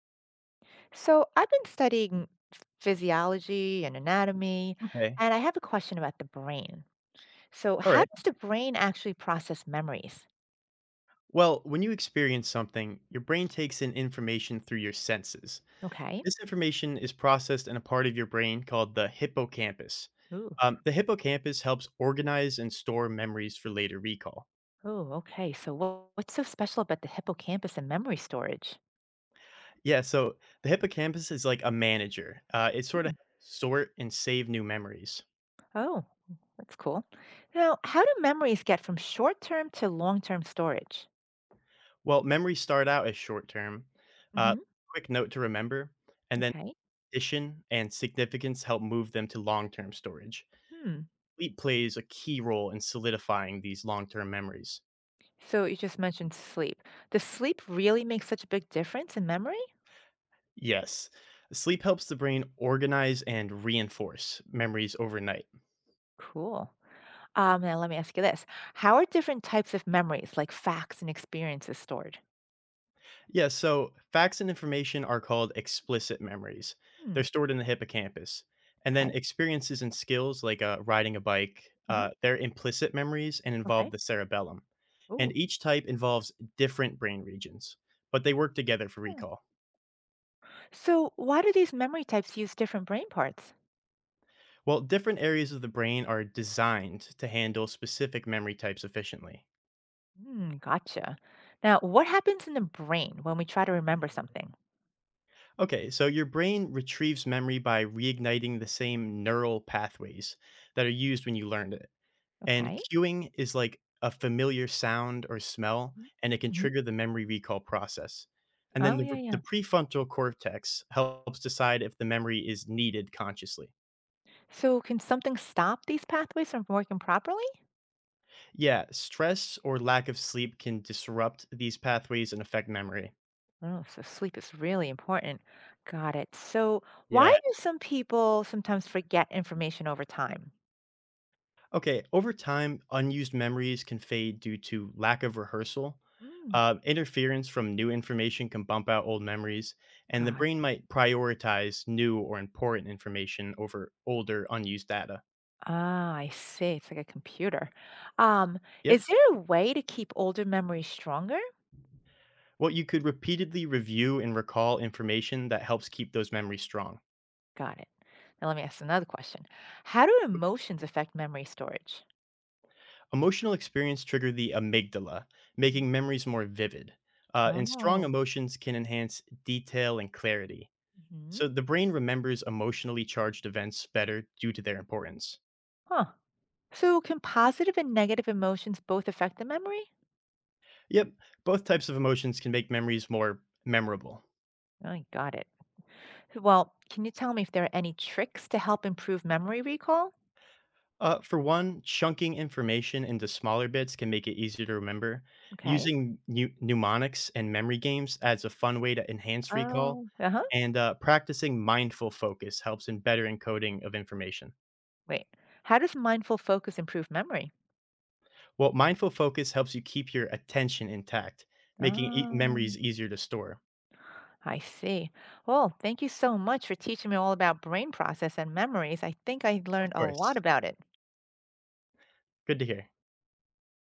So I've been studying physiology and anatomy, Okay. and I have a question about the brain. So All how right. does the brain actually process memories? Well, when you experience something, your brain takes in information through your senses. Okay. This information is processed in a part of your brain called the hippocampus. Ooh. The hippocampus helps organize and store memories for later recall. Ooh. Okay. So what's so special about the hippocampus and memory storage? Yeah, so the hippocampus is like a manager. It sort of Mm. sort and save new memories. Oh, that's cool. Now, how do memories get from short-term to long-term storage? Well, memories start out as short term, uh, Hmm. quick note to remember, and then Okay. addition and significance help move them to long term storage. Hmm. Sleep plays a key role in solidifying these long term memories. So you just mentioned sleep. Does sleep really make such a big difference in memory? Yes, sleep helps the brain organize and reinforce memories overnight. Cool. Now let me ask you this. How are different types of memories, like facts and experiences, stored? Yeah, so facts and information are called explicit memories. Hmm. They're stored in the hippocampus. And then Okay. experiences and skills like riding a bike, Uh-huh. They're implicit memories and involve Okay. the cerebellum. And Ooh. each type involves different brain regions, but they work together for Oh. recall. So why do these memory types use different brain parts? Well, different areas of the brain are designed to handle specific memory types efficiently. Hmm, gotcha. Now, what happens in the brain when we try to remember something? Okay, so your brain retrieves memory by reigniting the same neural pathways that are used when you learned it. And Okay. cueing is like a familiar sound or smell, and it can Mm-hmm. trigger the memory recall process. And then Oh, yeah, the yeah. prefrontal cortex helps decide if the memory is needed consciously. So can something stop these pathways from working properly? Yeah, stress or lack of sleep can disrupt these pathways and affect memory. Oh, so sleep is really important. Got it. So why Yeah. do some people sometimes forget information over time? Okay, over time, unused memories can fade due to lack of rehearsal. Mm, Interference from new information can bump out old memories, and the got brain might prioritize new or important information over older, unused data. Ah, I see. It's like a computer. Um, Yep. is there a way to keep older memories stronger? Well, you could repeatedly review and recall information that helps keep those memories strong. Got it. Now let me ask another question. How do emotions affect memory storage? Emotional experience trigger the amygdala, Mhm. making memories more vivid. And strong Oh. emotions can enhance detail and clarity. Hmm. So the brain remembers emotionally charged events better due to their importance. Huh. So can positive and negative emotions both affect the memory? Yep, both types of emotions can make memories more memorable. I got it. Well, can you tell me if there are any tricks to help improve memory recall? For one, chunking information into smaller bits can make it easier to remember. Okay. Using mnemonics and memory games adds a fun way to enhance recall, Oh, uh-huh. and practicing mindful focus helps in better encoding of information. Wait. How does mindful focus improve memory? Well, mindful focus helps you keep your attention intact, making memories Oh. easier to store. I see. Well, thank you so much for teaching me all about brain process and memories. I think I learned Of a course, lot about it. good to hear.